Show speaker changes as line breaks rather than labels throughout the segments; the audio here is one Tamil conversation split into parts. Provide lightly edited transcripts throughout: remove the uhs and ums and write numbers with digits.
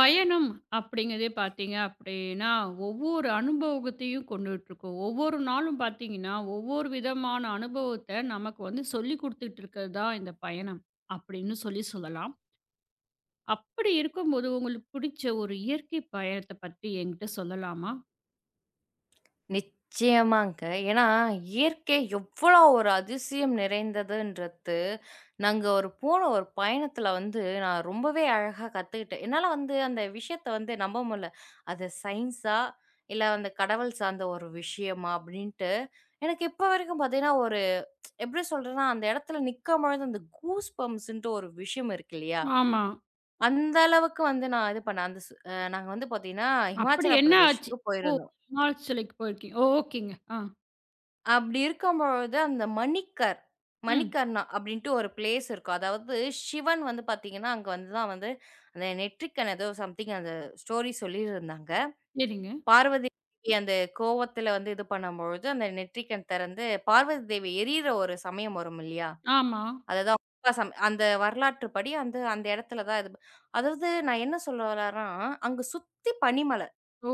பயணம் அப்படிங்கிறதே பார்த்தீங்க அப்படின்னா, ஒவ்வொரு அனுபவத்தையும் கொண்டுட்டுருக்கும். ஒவ்வொரு நாளும் பார்த்தீங்கன்னா, ஒவ்வொரு விதமான அனுபவத்த நமக்கு வந்து சொல்லிக் குடுத்துட்டு இருக்கிறது தான் இந்த பயணம் அப்படின்னு சொல்லி சொல்லலாம். அப்படி இருக்கும்போது உங்களுக்கு பிடிச்ச ஒரு இயற்கை பயணத்த பத்தி என்கிட்ட சொல்லலாமா?
நிச்சயமாங்க. ஏன்னா, இயற்கை எவ்வளோ ஒரு அதிசயம் நிறைந்ததுன்றது, நாங்க ஒரு போன ஒரு பயணத்துல வந்து நான் ரொம்பவே அழகா கத்துக்கிட்டேன். என்னால வந்து அந்த விஷயத்த வந்து நம்ப முடில. அது சயின்ஸா? இல்ல அந்த கடவுள் சார்ந்த ஒரு விஷயமா? அப்டின்ட்டு எனக்கு இப்ப வரைக்கும் பாத்தீங்கன்னா, ஒரு எப்டி சொல்றதுன்னா, அந்த இடத்துல நிக்கும்பொழுது அந்த கூஸ் பம்ப்ஸ்ன்ட்டு ஒரு விஷயம் இருக்கு இல்லையா?
ஆமா.
அந்த அளவுக்கு வந்து நான் இது பண்ணேன். அந்த சு அ நாங்க வந்து பாத்தீங்கன்னா,
அப்படி
ஹிமாச்சல
என்ன ஆச்சு?
பிரதேஷ்க்கு
ஓ!
போயிருந்தோம்.
ஹிமாச்சலுக்கு போயிருக்கீங்க. ஓ, ஓகேங்க. ஆ.
அப்படி இருக்கும்பொழுது அந்த மணிக்கர்
ம்.
மணிக்கர்ணா அப்படின்ட்டு ஒரு பிளேஸ் இருக்கும். அதாவது சிவன் வந்து பார்த்தீங்கன்னா, அங்க வந்து தான் வந்து அந்த நெற்றிக்கண் ஏதோ சம்திங் அந்த ஸ்டோரி சொல்லியிருந்தாங்க.
சரிங்க.
பார்வதி தேவி அந்த கோவத்தில வந்து இது பண்ணும்பொழுது, அந்த நெற்றிக்கண் திறந்து பார்வதி தேவி எரியிற ஒரு சமயம் வரும் இல்லையா?
ஆமா.
அதுதான் உகா சம அந்த வரலாற்றுப்படி அந்த அந்த இடத்துல தான் இது அதாவது நான் என்ன சொல்ல வரேன்னா, அங்க சுத்தி பனிமல.
ஓ!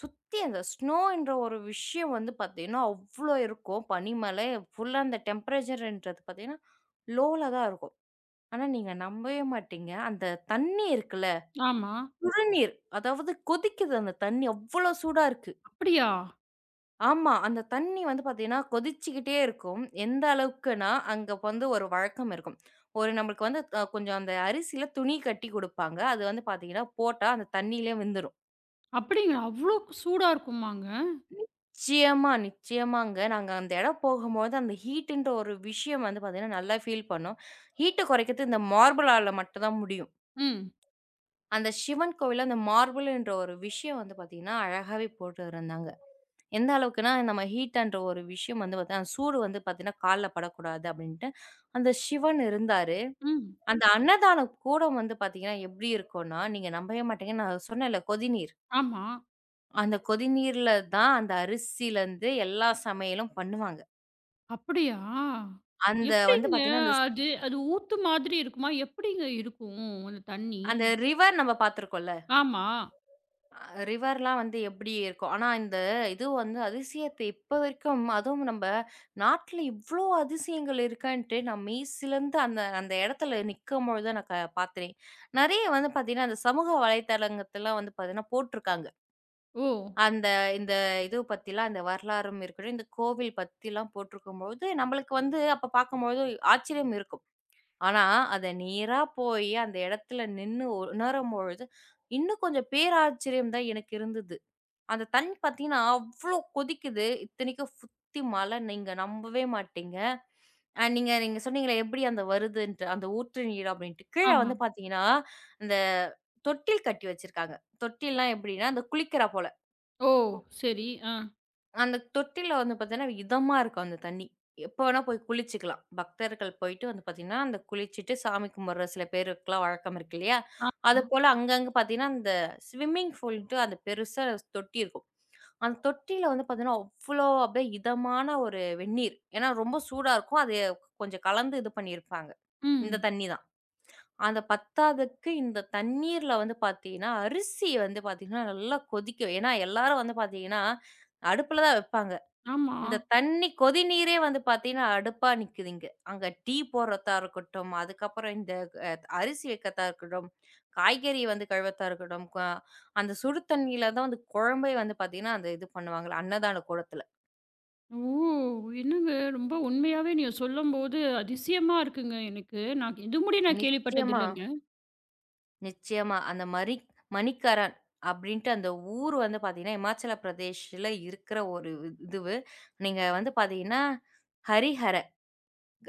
சுத்தி அந்த ஸ்னோன்ற ஒரு விஷயம் வந்து பார்த்தீங்கன்னா, அவ்ளோ இருக்கும். பனிமலை ஃபுல்லா அந்த டெம்பரேச்சர்ன்றது பார்த்தீங்கன்னா, லோல தான் இருக்கும். ஆனா, நீங்க நம்பவே மாட்டீங்க. அந்த தண்ணி இருக்குல்ல,
ஆமா.
சுடுநீர் அதாவது கொதிக்குது அந்த தண்ணி. அவ்ளோ சூடா இருக்கு.
அப்படியா?
ஆமா. அந்த தண்ணி வந்து பார்த்தீங்கன்னா, கொதிச்சுக்கிட்டே இருக்கும். எந்த அளவுக்குன்னா, அங்க வந்து ஒரு வழக்கம் இருக்கும். ஒரு நம்மளுக்கு வந்து கொஞ்சம் அந்த அரிசியில துணி கட்டி குடுப்பாங்க. அது வந்து பார்த்தீங்கன்னா, போட்டா அந்த தண்ணியிலே வெந்துரும்.
அப்படிங்களா? அவ்ளோ சூடா இருக்குமாங்க?
நிச்சயமா, நிச்சயமாங்க. நாங்க அந்த இடம் போகும்போது, அந்த ஹீட்டுன்ற ஒரு விஷயம் வந்து பார்த்தீங்கன்னா, நல்லா ஃபீல் பண்ணோம். ஹீட்ட குறைக்கிறது இந்த மார்பிளால மட்டும் தான் முடியும்.
ம்.
அந்த சிவன் கோவில்ல அந்த மார்பிள்ன்ற ஒரு விஷயம் வந்து பார்த்தீங்கன்னா, அழகாவே போட்டுருந்தாங்க. எந்த அளவுக்குன்னா, நம்ம ஹீட்டுன்ற ஒரு விஷயம் வந்து பார்த்தா, அந்த சூடு வந்து பார்த்தீங்கன்னா, கால்ல படக்கூடாது அப்படின்ட்டு, அந்த சிவன் இருந்தாரு.
ம்.
அந்த அன்னதானம் கூடம் வந்து பார்த்தீங்கன்னா, எப்படி இருக்கும்னா, நீங்க நம்பவே மாட்டீங்க. நான் சொன்னேன்ல கொதிநீர்.
ஆமா.
அந்த கொதிநீர்ல தான் அந்த அரிசியிலருந்து எல்லா சமையலும் பண்ணுவாங்க.
அப்படியா?
அந்த வந்து
எப்படிங்க?
பாத்தீங்கன்னா,
அது அது ஊத்து மாதிரி இருக்குமா? எப்படிங்க இருக்கும் அந்த தண்ணி?
அந்த ரிவர் நம்ம பாத்துருக்கோம்ல.
ஆமா.
ரிவர்லாம் வந்து எப்டி இருக்கும். ஆனா, இந்த இது வந்து அதிசயத்த இப்ப வரைக்கும் அதுவும் நம்ப நாட்ல இவ்ளோ அதிசயங்கள் இருக்கான்ட்டு நான் மெய்சிலந்து அந்த அந்த எடத்துல நிக்கும்பொழுது தான் நான் பாத்தேன். நெறைய வந்து பாத்தீங்கன்னா, அந்த சமூக வலைதளங்கத்தலாம் வந்து பாத்தீங்கன்னா போட்ருக்காங்க.
ஓ!
அந்த இந்த இது பத்திலாம் இந்த வரலாறும் இருக்கட்டும், இந்த கோவில் பத்திலாம் போட்ருக்கும்பொழுது, நம்மளுக்கு வந்து அப்ப பாக்கும்பொழுது ஆச்சரியம் இருக்கும். ஆனா, அத நேரா போயி அந்த இடத்துல நின்னு உணரும்பொழுது, இன்னும் கொஞ்சம் பேராச்சரியம் தான் எனக்கு இருந்தது. அந்த தண்ணி பார்த்தீங்கன்னா, அவ்ளோ கொதிக்குது. இத்தனைக்கும் சுத்தி மழை. நீங்க நம்பவே மாட்டீங்க. அ நீங்க நீங்க சொன்னீங்களே எப்படி அந்த வருதுன்ட்டு, அந்த ஊற்று நீர் அப்படின்ட்டு. கீழ
ஆமா.
வந்து பார்த்தீங்கன்னா, அந்த தொட்டில் கட்டி வச்சிருக்காங்க. தொட்டில்லாம் எப்படின்னா, அந்த குளிக்கிறா போல.
ஓ! சரி. ஆ.
அந்த தொட்டில வந்து பார்த்தீங்கன்னா, இதமா இருக்கும் அந்த தண்ணி. எப்ப வேணா போய் குளிச்சுக்கலாம். பக்தர்கள் போயிட்டு வந்து பார்த்தீங்கன்னா, அந்த குளிச்சுட்டு சாமி கும்பிடுற சில பேருக்குலாம் வழக்கம் இருக்கு இல்லையா?
ஆமா.
அதுபோல அங்கங்க பார்த்தீங்கன்னா, அந்த ஸ்விம்மிங் பூல்ன்ட்டு அந்த பெருசா தொட்டி இருக்கும். அந்த தொட்டியில வந்து பார்த்தீங்கன்னா, அவ்ளோ அப்படியே இதமான ஒரு வெந்நீர். ஏன்னா ரொம்ப சூடா இருக்கும். அது கொஞ்சம் கலந்து இது பண்ணியிருப்பாங்க. இந்த
ம்.
தண்ணி தான். அந்த பத்தாததுக்கு இந்த தண்ணீர்ல வந்து பார்த்தீங்கன்னா, அரிசி வந்து பார்த்தீங்கன்னா, நல்லா கொதிக்கும். ஏன்னா எல்லாரும் வந்து பார்த்தீங்கன்னா, அடுப்புல தான் வைப்பாங்க.
ஆமா.
இந்த தண்ணி கொதிநீரே வந்து பார்த்தீங்கன்னா, அடுப்பா நிக்குது இங்க. அங்க டீ போடுறதா இருக்கட்டும், அதுக்கப்புறம் இந்த அ அரிசி வைக்கிறதா இருக்கட்டும், காய்கறி வந்து கழுவத்தா இருக்கட்டும், அந்த சுடு தண்ணியில தான் வந்து குழம்பே வந்து பார்த்தீங்கன்னா, அந்த இது பண்ணுவாங்கல்ல, அன்னதான கூடத்துல.
ஓ! என்னங்க ரொம்ப உண்மையாவே நீங்க சொல்லும்போது அதிசயமா இருக்குங்க எனக்கு. நான் இது முடிய நான் கேள்விப்பட்டது
நிச்சயமா,
இல்லங்க.
நிச்சயமா. அந்த மரி மணிக்கரண் அப்படின்ட்டு அந்த ஊர் வந்து பார்த்தீங்கன்னா, இமாச்சல பிரதேஷ்ல இருக்கிற ஒரு இது- இதுவு. நீங்க வந்து பார்த்தீங்கன்னா, ஹரிஹர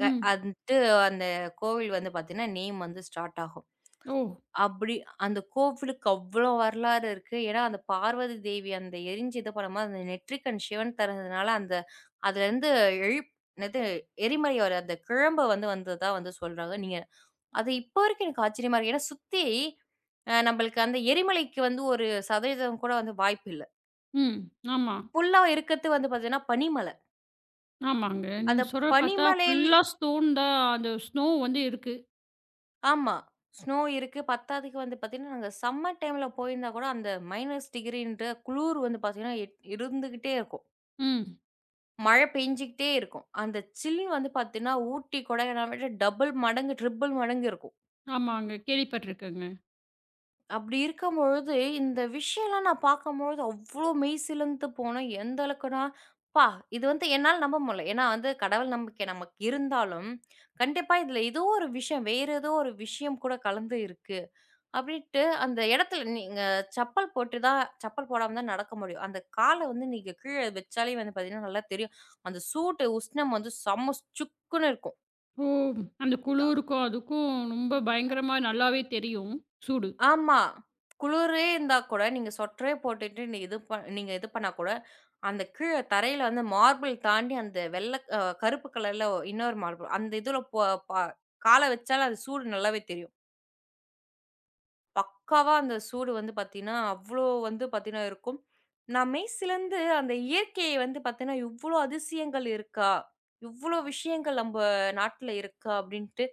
க அன்ட்டு அந்த கோவில் வந்து பார்த்தீங்கன்னா, நேம் வந்து ஸ்டார்ட் ஆகும்.
ஓ!
அப்படி அந்த கோவிலுக்கு அவ்வளோ வரலாறு இருக்கு. ஏன்னா, அந்த பார்வதி தேவி அந்த எரிஞ்சு இது பண்ணும்போது, அந்த நெற்றிக்கண் சிவன் திறந்ததுனால, அந்த அதுலேருந்து எழு என்னது எரிமலை வர அந்த கிழம்பு வந்து வந்ததா வந்து சொல்றாங்க. நீங்க அது இப்போ வரைக்கும் எனக்கு ஆச்சரியமா இருக்கு. ஏன்னா சுத்தி நம்பளுக்கு அந்த எரிமலைக்கு வந்து ஒரு சதவீதம் கூட வந்து வாய்ப்பு இல்ல.
ம். ஆமா.
ஃபுல்லா இருக்கிறது வந்து பார்த்தீங்கன்னா, பனிமலை.
ஆமாங்க.
அந்த
நீங்க சொல்றத பார்த்தா
பனிமலையில்
ஃபுல்லா ஸ்டோன் தான் அந்த ஸ்னோ வந்து இருக்கு.
ஆமா. ஸ்னோ இருக்கு. பத்தாததுக்கு வந்து பார்த்தீங்கன்னா, நாங்க சம்மர் டைம்ல போயிருந்தா கூட அந்த மைனஸ் -டிகிரின்ற குளுர் வந்து பார்த்தீங்கன்னா, எட் இருந்துகிட்டே இருக்கும்.
ம்.
மழை பெஞ்சுகிட்டே இருக்கும். அந்த சில் வந்து பார்த்தீங்கன்னா, ஊட்டி, கொடைக்கானல் விட டபுள் மடங்கு, ட்ரிபிள் மடங்கு இருக்கும்.
ஆமாங்க. கேள்விப்பட்டுருக்கேங்க.
அப்படி இருக்கும்பொழுது, இந்த விஷயம்லாம் நான் பார்க்கும்பொழுது அவ்ளோ மெய்சிலந்து போனேன். எந்த அளவுக்குனா, "அப்பா! இது வந்து என்னால நம்ப முடியல." ஏன்னா வந்து கடவுள் நம்பிக்கை நமக்கு இருந்தாலும், கண்டிப்பா இதுல ஏதோ ஒரு விஷயம், வேற ஏதோ ஒரு விஷயம் கூட கலந்து இருக்கு. அப்படின்ட்டு அந்த இடத்துல நீங்க சப்பல் போட்டு தான் சப்பல் போடாம தான் நடக்க முடியும். அந்த கால வந்து நீங்க கீழ வச்சாலே வந்து பார்த்தீங்கன்னா, நல்லா தெரியும். அந்த சூட்டு உஷ்ணம் வந்து செம்ம சுக்குன்னு இருக்கும்.
ஓ! அந்த
க
குளுருக்கும், அதுக்கும் ரொம்ப பயங்கரமா நல்லாவே தெரியும், சூடு.
ஆமா. குளிரே இருந்தா கூட நீங்க சொட்டரே போட்டுட்டு நீ இது ப நீங்க இது பண்ணா கூட, அந்த கீழ தரையில வந்து மார்பிள் தாண்டி அந்த வெள்ள அ கருப்பு கலர்ல இன்னொரு மார்பிள். அந்த இதுல போ ப கால வச்சாலே அது சூடு நல்லாவே தெரியும். பக்காவா அந்த சூடு வந்து பார்த்தீங்கன்னா, அவ்ளோ வந்து பார்த்தீங்கன்னா இருக்கும். நான் மெய் சிலந்து அந்த இயற்கையை வந்து பார்த்தீங்கன்னா, இவ்ளோ அதிசயங்கள் இருக்கா? இவ்ளோ விஷயங்கள் நம்ப நாட்ல இருக்கா? அப்டின்ட்டு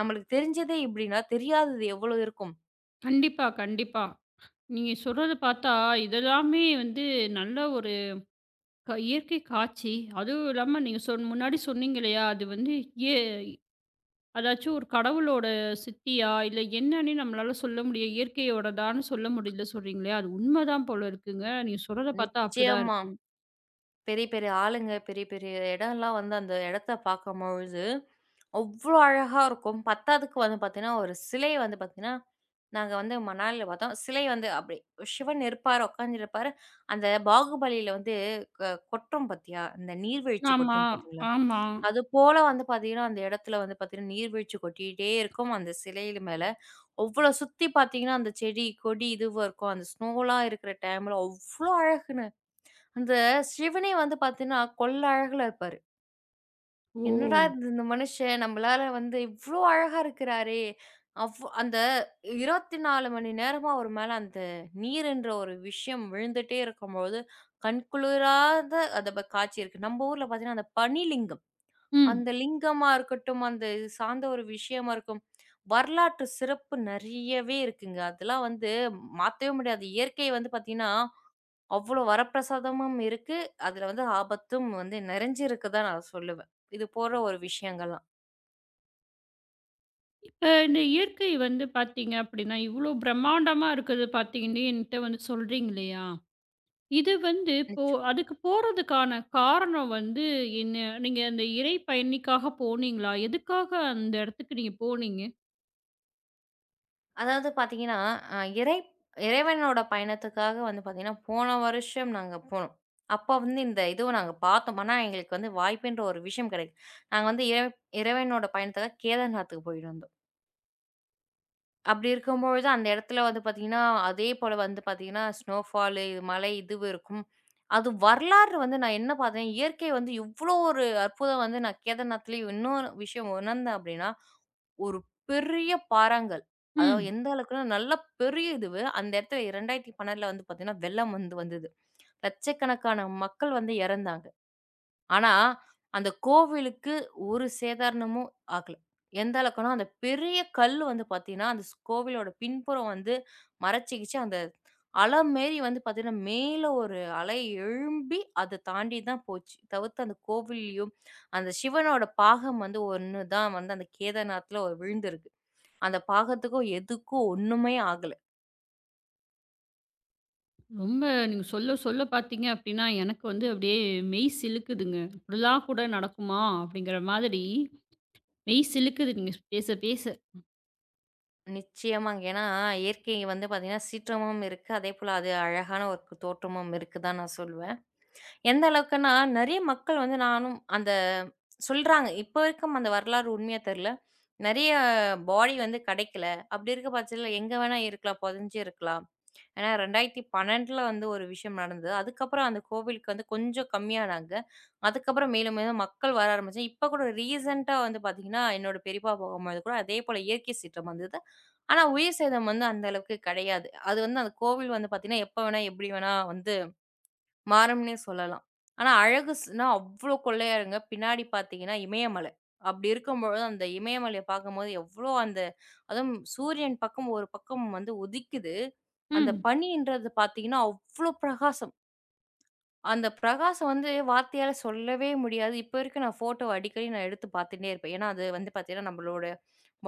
நம்மளுக்கு தெரிஞ்சதே இப்டின்னா, தெரியாதது எவ்ளோ இருக்கும்?
கண்டிப்பா, கண்டிப்பா. நீங்க சொல்றத பார்த்தா, இதெல்லாமே வந்து நல்ல ஒரு க இயற்கை காட்சி. அதுவும் இல்லாம நீங்க சொன் முன்னாடி சொன்னீங்க இல்லையா? அது வந்து ஏ அதாச்சும் ஒரு கடவுளோட சித்தியா? இல்ல என்னன்னே நம்மளால சொல்ல முடியும். இயற்கையோடதான்னு சொல்ல முடியல சொல்றீங்க இல்லையா? அது உண்மதான் போல இருக்குங்க. நீங்க சொல்றத பார்த்தா அப்படிதான்
நிச்சயமா.
இருக்கு.
பெரிய பெரிய ஆளுங்க, பெரிய பெரிய இடம்லாம் வந்து அந்த இடத்த பார்க்கும்பொழுது, அவ்ளோ அழகா இருக்கும். பத்தாததுக்கு வந்து பார்த்தீங்கன்னா, ஒரு சிலை வந்து பார்த்தீங்கன்னா, நாங்க வந்து மணாலில பார்த்தோம். சிலை வந்து அப்படி சிவன் இருப்பாரு, உட்கார்ந்திருப்பாரு. அந்த பாகுபலியில வந்து கொட்டும் பார்த்தியா? அந்த நீர்வீழ்ச்சி
ஆமா,
கொட்டும் பார்த்தீங்களா?
ஆமா.
அது போல வந்து பார்த்தீங்கன்னா, அந்த இடத்துல வந்து பார்த்தீங்கன்னா, நீர்வீழ்ச்சி கொட்டிட்டே இருக்கும். அந்த சிலையில மேல. அவ்ளோ சுத்தி பார்த்தீங்கன்னா, அந்த செடி, கொடி இதுவா இருக்கும். அந்த ஸ்னோலாம் இருக்கிற டைம்ல அவ்ளோ அழகுங்க. அந்த சிவனே வந்து பார்த்தீங்கன்னா, கொள்ள அழகுல இருப்பாரு.
ஓ!
என்னடா இது இந்த மனுஷன் நம்மளால வந்து இவ்ளோ அழகா இருக்கிறாரே! அந்த 24 மணி நேரமா அவர் மேல அந்த நீருன்ற ஒரு விஷயம் விழுந்துட்டே இருக்கும்போது, கண்குளிராத அத ப காட்சி இருக்கு. நம்ம ஊர்ல பார்த்தீங்கன்னா, அந்த பனிலிங்கம். அந்த
ம்.
லிங்கமா இருக்கட்டும், அந்த இது சார்ந்த ஒரு விஷயமா இருக்கும். வரலாற்று சிறப்பு நெறையவே இருக்குங்க. அதெல்லாம் வந்து மாத்தவே முடியாது. இயற்கை வந்து பார்த்தீங்கன்னா அவ்வளோ வரப்பிரசாதமும் இருக்கு. அதுல வந்து ஆபத்தும் வந்து நிறைஞ்சிருக்கு தான் நான் சொல்லுவேன். இது போற ஒரு விஷயங்கள்லாம்.
இப்ப இந்த இயற்கை வந்து பார்த்தீங்க அப்படின்னா, இவ்ளோ பிரம்மாண்டமா இருக்குது பார்த்தீங்கன்னு என்ட்ட வந்து சொல்றீங்க இல்லையா? இது வந்து இப்போ
நிச்சயமா.
அதுக்கு போறதுக்கான காரணம் வந்து என்ன? நீங்க அந்த இறை பயணிக்காக போனீங்களா? எதுக்காக அந்த இடத்துக்கு நீங்க போனீங்க?
அதாவது பார்த்தீங்கன்னா, அ இறை இறைவனோட பயணத்துக்காக வந்து பார்த்தீங்கன்னா, போன வருஷம் நாங்க போனோம். அப்ப வந்து இந்த இதுவும் நாங்க பார்த்தோம். ஆனா எங்களுக்கு வந்து வாய்ப்புன்ற ஒரு விஷயம் கிடைக்கல. நாங்க வந்து இறைவனோட பயணத்துக்காக கேதார்நாத்துக்கு போயிட்டு வந்தோம். அப்படி இருக்கும்பொழுது அந்த இடத்துல வந்து பார்த்தீங்கன்னா, அதே போல வந்து பார்த்தீங்கன்னா, ஸ்னோஃபாலு, மழை இதுவும் இருக்கும். அது வரலாறு வந்து நான் என்ன பார்த்தேன், இயற்கை வந்து இவ்ளோ ஒரு அற்புதம் வந்து நான் கேதார்நாத்லயும் இன்னொரு விஷயம் உணர்ந்தேன் அப்படின்னா, ஒரு பெரிய பாறாங்கல். அதாவது
ம்.
எந்த அளவுக்குன்னா, நல்ல பெரிய இதுவு. அந்த இடத்துல 2012ல வந்து பார்த்தீங்கன்னா, வெள்ளம் வந்து வந்தது. லட்சக்கணக்கான மக்கள் வந்து இறந்தாங்க. ஆனா, அந்த கோவிலுக்கு ஒரு சேதாரணமும் ஆகல. எந்த அளவுக்குன்னா, அந்த பெரிய கல்லு வந்து பார்த்தீங்கன்னா, அந்த ஸ் கோவிலோட பின்புறம் வந்து மறச்சிக்கிச்சு. அந்த அலை மேரி வந்து பார்த்தீங்கன்னா, மேல ஒரு அலை எழும்பி அத தாண்டி தான் போச்சு. தவிர்த்து அந்த கோவில்லயும் அந்த சிவனோட பாகம் வந்து ஒண்ணு தான் வந்து அந்த கேதார்நாத்ல விழுந்திருக்கு. அந்த பாகத்துக்கும், எதுக்கும் ஒண்ணுமே ஆகல.
ரொம்ப நீங்க சொல்ல சொல்ல பார்த்தீங்க அப்படின்னா, எனக்கு வந்து அப்படியே மெய் சிலுக்குதுங்க. இப்படிலாம் கூட நடக்குமா? அப்படிங்கிற மாதிரி மெய் சிலுக்குது நீங்க பேச பேச.
நிச்சயமாங்க. ஏன்னா, இயற்கை வந்து பார்த்தீங்கன்னா, சீற்றமும் இருக்கு. அதேபோல அது அழகான ஒரு தோற்றமும் இருக்கு தான் நான் சொல்வேன். எந்த அளவுக்குன்னா, நெறைய மக்கள் வந்து நானும் அந்த சொல்றாங்க. இப்ப வரைக்கும் அந்த வரலாறு உண்மையா தெரியல. நெறைய பாடி வந்து கிடைக்கல. அப்படி இருக்க பட்சத்தில எங்க வேணா இருக்கலாம். புதைஞ்சு இருக்கலாம். ஏன்னா 2012ல வந்து ஒரு விஷயம் நடந்தது. அதுக்கப்புறம் அந்த கோவிலுக்கு வந்து கொஞ்சம் கம்மியானாங்க. அதுக்கப்புறம் மேலும் மேலும் மக்கள் வர ஆரம்பிச்சாங்க. இப்ப கூட ரீசென்ட்டா வந்து பார்த்தீங்கன்னா, என்னோட பெரியப்பா போகும்பொழுது கூட அதே போல இயற்கை சீற்றம் வந்தது. ஆனா உயிர் சேதம் வந்து அந்த அளவுக்கு கிடையாது. அது வந்து அந்த கோவில் வந்து பார்த்தீங்கன்னா, எப்ப வேணா எப்படி வேணா வந்து மாறும்னே சொல்லலாம். ஆனா அழகுஸ்னா அவ்ளோ கொள்ளையா இருங்க. பின்னாடி பார்த்தீங்கன்னா, இமயமலை. அப்படி இருக்கும்பொழுது, அந்த இமயமலைய பார்க்கும்போது எவ்ளோ அந்த அதுவும் சூரியன் பக்கம் ஒரு பக்கம் வந்து உதிக்குது. அந்த
ம்.
பனின்றது பார்த்தீங்கன்னா, அவ்ளோ பிரகாசம். அந்த பிரகாசம் வந்து வார்த்தையால சொல்லவே முடியாது. இப்ப வரைக்கும் நான் ஃபோட்டோ அடிக்கடி நான் எடுத்து பார்த்துட்டே இருப்பேன். ஏன்னா, அது வந்து பார்த்தீங்கன்னா, நம்மளோட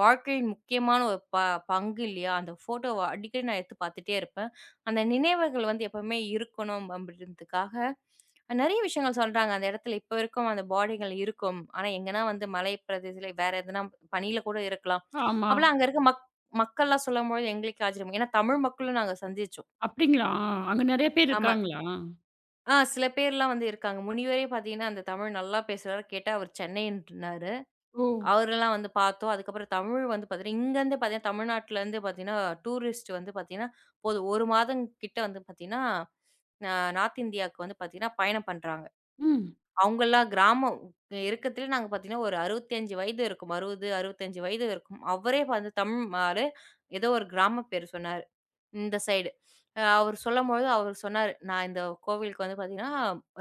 வாழ்க்கையின் முக்கியமான ஒரு பங்கு இல்லையா? அந்த ஃபோட்டோவ அடிக்கடி நான் எடுத்து பார்த்துட்டே இருப்பேன். அந்த நினைவுகள் வந்து எப்பவுமே இருக்கணும் அப்படின்றதுக்காக, நெறைய விஷயங்கள் சொல்றாங்க. அந்த இடத்துல இப்ப இருக்கும் அந்த பாடிகள் இருக்கும். ஆனா எங்கன்னா வந்து மலை பிரதேசத்தில வேற எதுனா பனியில கூட இருக்கலாம்.
ஆமா.
அப்பலாம் அங்க இருக்க மக்கள்லாம் சொல்லும்போது எங்களுக்கே ஆச்சரியம். ஏன்னா தமிழ் மக்களும் நாங்க சந்திச்சோம்.
அப்படிங்களா? அங்க நெறைய பேர்
ஆமா.
இருக்காங்களா?
ஆ சில பேர்லாம் வந்து இருக்காங்க. முனிவரே பார்த்தீங்கன்னா, அந்த தமிழ் நல்லா பேசுறாரு. கேட்டா அவர் சென்னைன்றாரு.
ஓ!
அவரெல்லாம் வந்து பார்த்தோம். அதுக்கப்புறம் தமிழ் வந்து பார்த்தீங்கன்னா, இங்கேருந்து பார்த்தீங்கன்னா, தமிழ்நாட்டிலேருந்து பார்த்தீங்கன்னா, டூரிஸ்ட் வந்து பார்த்தீங்கன்னா, போது 1 மாதம் கிட்ட வந்து பார்த்தீங்கன்னா, நார்த் இந்தியாவுக்கு வந்து பார்த்தீங்கன்னா, பயணம் பண்றாங்க.
ம்.
அவங்கலாம் கிராமம் இருக்கத்துல நாங்க பார்த்தீங்கன்னா, ஒரு 65 வயது இருக்கும். 60, 65 வயது இருக்கும். அவரே வந்து தமிழ் ஆளு. ஏதோ ஒரு கிராம பேர் சொன்னாரு. இந்த சைடு. அவர் சொல்லும்போது அவர் சொன்னாரு, "நான் இந்த கோவிலுக்கு வந்து பார்த்தீங்கன்னா,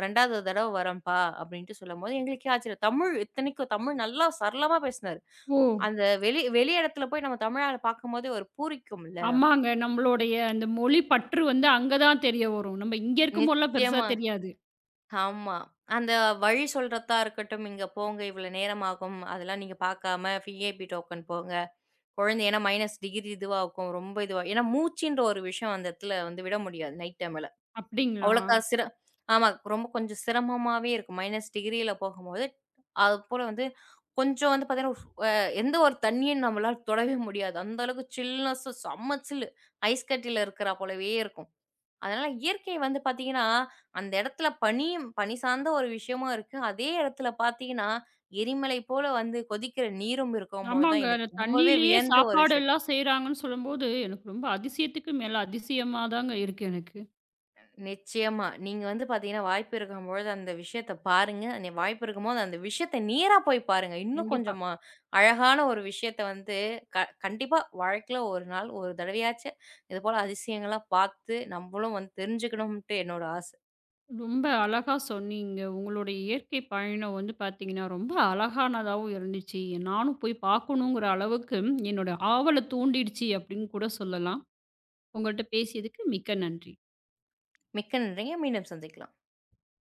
2வது தடவ வரேன்ப்பா" அப்படின்ட்டு சொல்லும்போது எங்களுக்கே ஆச்சரியம். தமிழ் இத்தனைக்கும் தமிழ் நல்லா சரளமா பேசினாரு.
ஓ!
அந்த வெளி வெளி இடத்துல போய் நம்ம தமிழ் ஆள பார்க்கும்போதே ஒரு பூரிக்கும்ல.
ஆமாங்க. நம்மளுடைய அந்த மொழி பற்று வந்து அங்க தான் தெரிய வரும். நம்ம இங்க இருக்கும்போதெல்லாம் பெருசா
நிச்சயமா.
தெரியாது.
ஆமா. அந்த வழி சொல்றதா இருக்கட்டும், "இங்க போங்க இவ்வளோ நேரம் ஆகும். அதெல்லாம் நீங்க பார்க்காம விஐபி டோக்கன் போங்க. குழந்தை ஏன்னா மைனஸ் டிகிரி இதுவாகும். ரொம்ப இதுவா" ஏன்னா மூச்சுன்ற ஒரு விஷயம் அந்த இடத்துல வந்து விட முடியாது நைட் டைம்ல.
அப்டிங்களா?
அவ்வளோக்கா சிர ஆமா. ரொம்ப கொஞ்சம் சிரமமாவே இருக்கும். மைனஸ் டிகிரியில போகும்போது, அதுபோல வந்து கொஞ்சம் வந்து பார்த்தீங்கன்னா, ஃப் அ எந்த ஒரு தண்ணியும் நம்மளால தொடவே முடியாது. அந்த அளவுக்கு சில்னஸும் செம்ம சில்லு. ஐஸ் கட்டியில இருக்கிறா போலவே இருக்கும். அதனால இயற்கை வந்து பார்த்தீங்கன்னா, அந்த இடத்துல பனியும் பனி சார்ந்த ஒரு விஷயமும் இருக்கு. அதே இடத்துல பார்த்தீங்கன்னா, எரிமலை போல வந்து கொதிக்கிற நீரும் இருக்கும்போது தான்
ஆமாங்க.
எனக்கு
அந்த
ரொம்பவே
தண்ணீலயே
வியந்த ஒரு
சாப்பாடு
விஷயம்.
எல்லாம் செய்றாங்கன்னு சொல்லும்போது, எனக்கு ரொம்ப அதிசயத்துக்கு மேல அதிசயமா தாங்க இருக்கு எனக்கு.
நிச்சயமா. நீங்க வந்து பார்த்தீங்கன்னா, வாய்ப்பு இருக்கும்பொழுது அந்த விஷயத்த பாருங்க. வாய்ப்பு இருக்கும்போது அந்த விஷயத்த நேரா போய் பாருங்க. இன்னும்
கண்டிப்பா.
கொஞ்சம் அ அழகான ஒரு விஷயத்த வந்து கண்டிப்பா வாழ்க்கையில ஒரு நாள் ஒரு தடவையாச்சும் இதுபோல அதிசயங்கள்லாம் பார்த்து, நம்மளும் வந்து தெரிஞ்சுக்கணும்ன்ட்டு என்னோட ஆசை.
ரொம்ப அழகா சொன்னீங்க. உங்களுடைய இயற்கை பயணம் வந்து பார்த்தீங்கன்னா, ரொம்ப அழகானதாவும் இருந்துச்சு. நானும் போய் பார்க்கணுங்கிற அளவுக்கு என்னோட ஆவல தூண்டிடுச்சு அப்டின்னு கூட சொல்லலாம். உங்கள்ட்ட பேசியதுக்கு மிக்க நன்றி.
மிக்க நன்றிங்க. மீண்டும் சந்திக்கலாம்.